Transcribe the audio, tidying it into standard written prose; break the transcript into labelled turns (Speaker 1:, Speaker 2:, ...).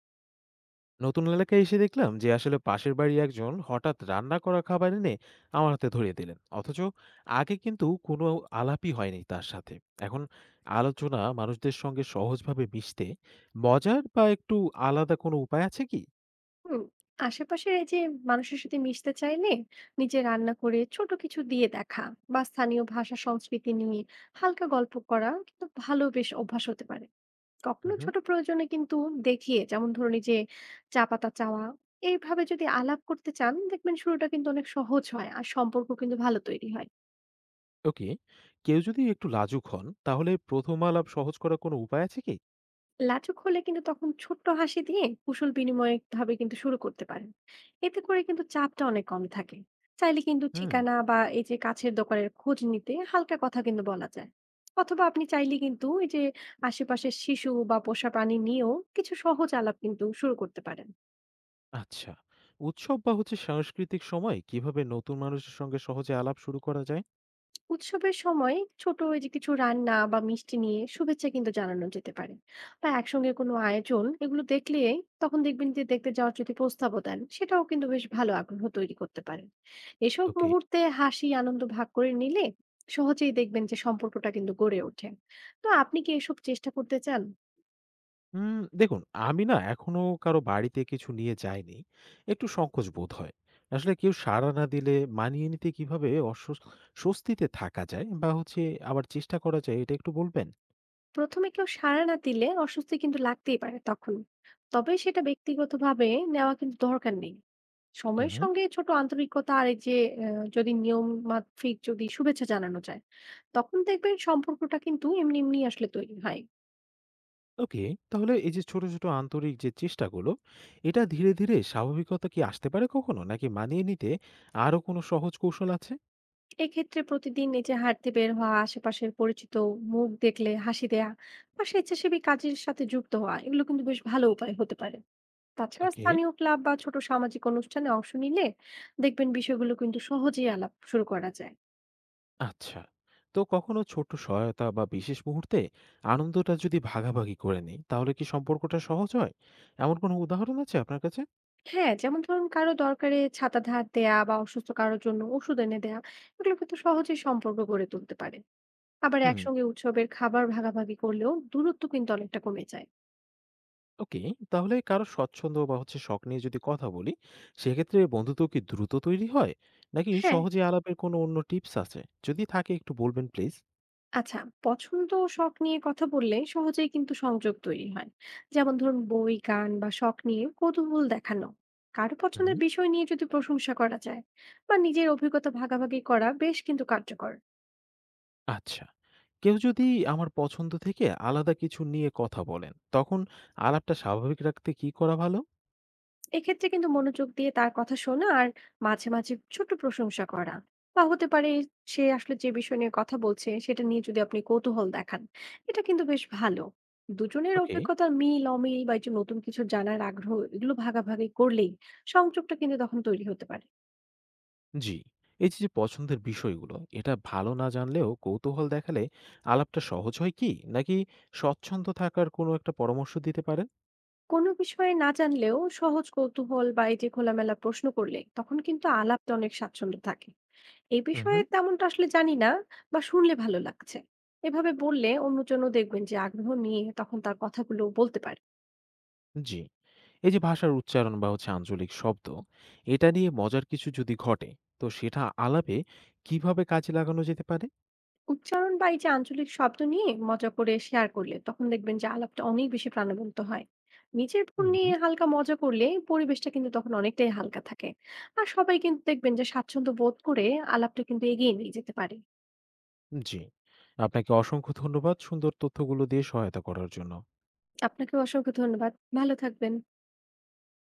Speaker 1: নতুন এলাকায় এসে দেখলাম যে আসলে পাশের বাড়ির একজন হঠাৎ রান্না করা খাবার এনে আমার হাতে ধরিয়ে দিলেন, অথচ আগে কিন্তু কোনো আলাপই হয়নি তার সাথে। এখন আলোচনা মানুষদের সঙ্গে সহজভাবে মিশতে মজার বা একটু আলাদা কোনো উপায় আছে কি?
Speaker 2: হুম, আশেপাশের এই যে মানুষের সাথে মিশতে চাইলে নিজে রান্না করে ছোট কিছু দিয়ে দেখা বা স্থানীয় ভাষা সংস্কৃতি নিয়ে হালকা গল্প করা কিন্তু ভালো বেশ অভ্যাস হতে পারে। কখনো
Speaker 1: হুম।
Speaker 2: ছোট প্রয়োজনে কিন্তু দেখিয়ে যেমন ধরুন এই যে চা পাতা চাওয়া, এইভাবে যদি আলাপ করতে চান দেখবেন শুরুটা কিন্তু অনেক সহজ হয় আর সম্পর্ক কিন্তু ভালো তৈরি হয়।
Speaker 1: ওকে। কেউ যদি একটু লাজুক হন তাহলে প্রথম আলাপ সহজ করার কোনো উপায় আছে কি?
Speaker 2: লাজুক হলে কিন্তু তখন ছোট্ট হাসি দিয়ে কুশল বিনিময় ভাবে কিন্তু শুরু করতে পারেন। এতে করে কিন্তু চাপটা অনেক কম থাকে। চাইলে কিন্তু
Speaker 1: হুম।
Speaker 2: ঠিকানা বা এই যে কাছের দোকানের খোঁজ নিতে হালকা কথা কিন্তু বলা যায়। অথবা আপনি চাইলে কিন্তু এই যে আশেপাশের শিশু বা পোষা প্রাণী নিয়েও কিছু সহজ আলাপ কিন্তু শুরু করতে পারেন।
Speaker 1: আচ্ছা। উৎসব বা হচ্ছে সাংস্কৃতিক সময় কিভাবে নতুন মানুষের সঙ্গে সহজে আলাপ শুরু করা যায়?
Speaker 2: উৎসবের সময় ছোট ওই যে কিছু রান্না বা মিষ্টি নিয়ে শুভেচ্ছা কিন্তু জানানো যেতে পারে, বা একসঙ্গে কোনো আয়োজন এগুলো দেখলে তখন দেখবেন যে দেখতে যাওয়ার যদি প্রস্তাবও দেন সেটাও কিন্তু বেশ ভালো আগ্রহ তৈরি করতে পারেন। এসব
Speaker 1: ওকে।
Speaker 2: মুহূর্তে হাসি আনন্দ ভাগ করে নিলে সহজেই দেখবেন যে সম্পর্কটা কিন্তু গড়ে ওঠে। তো আপনি কি এসব চেষ্টা করতে চান?
Speaker 1: দেখুন, আমি না এখনো কারো বাড়িতে কিছু নিয়ে যাইনি। একটু সংকোচ বোধ হয়। আসলে কেউ সাড়া না দিলে মানিয়ে নিতে কিভাবে স্বস্তিতে থাকা যায় বা হচ্ছে আবার চেষ্টা করা যায়, এটা একটু বলবেন?
Speaker 2: প্রথমে কেউ সাড়া না দিলে অস্বস্তি কিন্তু লাগতেই পারে তখন, তবে সেটা ব্যক্তিগতভাবে নেওয়া কিন্তু দরকার নেই। সময়ের
Speaker 1: উহু।
Speaker 2: সঙ্গে ছোট আন্তরিকতা আর এই যে যদি নিয়ম মাফিক যদি শুভেচ্ছা জানানো যায় তখন দেখবেন সম্পর্কটা কিন্তু এমনি এমনি আসলে তৈরি হয়।
Speaker 1: ওকে, তাহলে এই যে ছোট, ছোট আন্তরিক যে চেষ্টাগুলো, এটা ধীরে, ধীরে স্বাভাবিকতা কি আসতে পারে কখনো? নাকি মানিয়ে নিতে আরো কোনো সহজ কৌশল আছে?
Speaker 2: এক্ষেত্রে প্রতিদিন এই যে হাঁটতে বের হওয়া, আশেপাশের পরিচিত মুখ দেখলে হাসি দেয়া বা স্বেচ্ছাসেবী কাজের সাথে যুক্ত হওয়া এগুলো কিন্তু বেশ ভালো উপায় হতে পারে। তাছাড়া
Speaker 1: ওকে।
Speaker 2: স্থানীয় ক্লাব বা ছোট সামাজিক অনুষ্ঠানে অংশ নিলে দেখবেন বিষয়গুলো কিন্তু সহজেই আলাপ শুরু করা যায়।
Speaker 1: আচ্ছা। তো কখনো ছোট্ট সহায়তা বা বিশেষ মুহূর্তে আনন্দটা যদি ভাগাভাগি করে নেই, তাহলে কি সম্পর্কটা সহজ হয়? এমন কোনো উদাহরণ আছে আপনার কাছে?
Speaker 2: হ্যাঁ, যেমন ধরুন কারো দরকারে ছাতা ধার দেয়া বা অসুস্থ কারোর জন্য ওষুধ এনে দেয়া, এগুলো কিন্তু সহজেই সম্পর্ক গড়ে তুলতে পারে। আবার
Speaker 1: হুম,
Speaker 2: একসঙ্গে উৎসবের খাবার ভাগাভাগি করলেও দূরত্ব কিন্তু অনেকটা কমে যায়।
Speaker 1: ওকে। তাহলে কারো স্বচ্ছন্দ বা হচ্ছে শখ নিয়ে যদি কথা বলি, সেক্ষেত্রে বন্ধুত্ব কি দ্রুত তৈরি হয়? নাকি
Speaker 2: হ্যাঁ।
Speaker 1: সহজে আলাপের কোনো অন্য টিপস আছে? যদি থাকে একটু বলবেন প্লিজ।
Speaker 2: আচ্ছা, পছন্দ ও শখ নিয়ে কথা বললে সহজেই কিন্তু সংযোগ তৈরি হয়। যেমন ধরুন বই গান বা শখ নিয়ে কৌতূহল দেখানো, কারো
Speaker 1: হুম,
Speaker 2: পছন্দের বিষয় নিয়ে যদি প্রশংসা করা যায় বা নিজের অভিজ্ঞতা ভাগাভাগি করা বেশ কিন্তু কার্যকর।
Speaker 1: আচ্ছা। কেউ যদি আমার পছন্দ থেকে আলাদা কিছু নিয়ে কথা বলেন, তখন আলাপটা স্বাভাবিক রাখতে কি করা ভালো?
Speaker 2: এক্ষেত্রে কিন্তু মনোযোগ দিয়ে তার কথা শোনা আর মাঝে মাঝে ছোট প্রশংসা করা, বা হতে পারে সে আসলে যে বিষয় নিয়ে কথা বলছে সেটা নিয়ে যদি আপনি কৌতূহল দেখান, এটা কিন্তু বেশ ভালো। দুজনের
Speaker 1: ওকে।
Speaker 2: অভিজ্ঞতার মিল অমিল বা এই যে নতুন কিছু জানার আগ্রহ, এগুলো ভাগাভাগি করলেই সংযোগটা কিন্তু তখন তৈরি হতে পারে।
Speaker 1: জি। এই যে যে পছন্দের বিষয়গুলো এটা ভালো না জানলেও কৌতূহল দেখালে আলাপটা সহজ হয় কি? নাকি স্বচ্ছন্দ থাকার কোনো একটা পরামর্শ দিতে পারেন?
Speaker 2: কোনো বিষয়ে না জানলেও সহজ কৌতূহল বা এই যে খোলামেলা প্রশ্ন করলে তখন কিন্তু আলাপটা অনেক স্বাচ্ছন্দ্য থাকে। এই বিষয়ে
Speaker 1: হুম।
Speaker 2: তেমনটা আসলে জানি না বা শুনলে ভালো লাগছে। এভাবে বললে অন্যজনও দেখবেন যে আগ্রহ নিয়ে তখন তার কথাগুলো বলতে পারে।
Speaker 1: জি। এই যে ভাষার উচ্চারণ বা হচ্ছে আঞ্চলিক শব্দ, এটা নিয়ে মজার কিছু যদি ঘটে, তো সেটা আলাপে কিভাবে কাজে লাগানো যেতে পারে?
Speaker 2: উচ্চারণ বা এই যে আঞ্চলিক শব্দ নিয়ে মজা করে শেয়ার করলে তখন দেখবেন যে আলাপটা অনেক বেশি প্রাণবন্ত হয়। নিজের ভুল নিয়ে
Speaker 1: হুম।
Speaker 2: হালকা মজা করলে পরিবেশটা কিন্তু তখন অনেকটাই হালকা থাকে। আর সবাই কিন্তু দেখবেন যে স্বাচ্ছন্দ্য বোধ করে আলাপটা কিন্তু এগিয়ে নিয়ে যেতে পারে।
Speaker 1: জি। আপনাকে অসংখ্য ধন্যবাদ সুন্দর তথ্যগুলো দিয়ে সহায়তা করার জন্য।
Speaker 2: আপনাকেও অসংখ্য ধন্যবাদ। ভালো থাকবেন।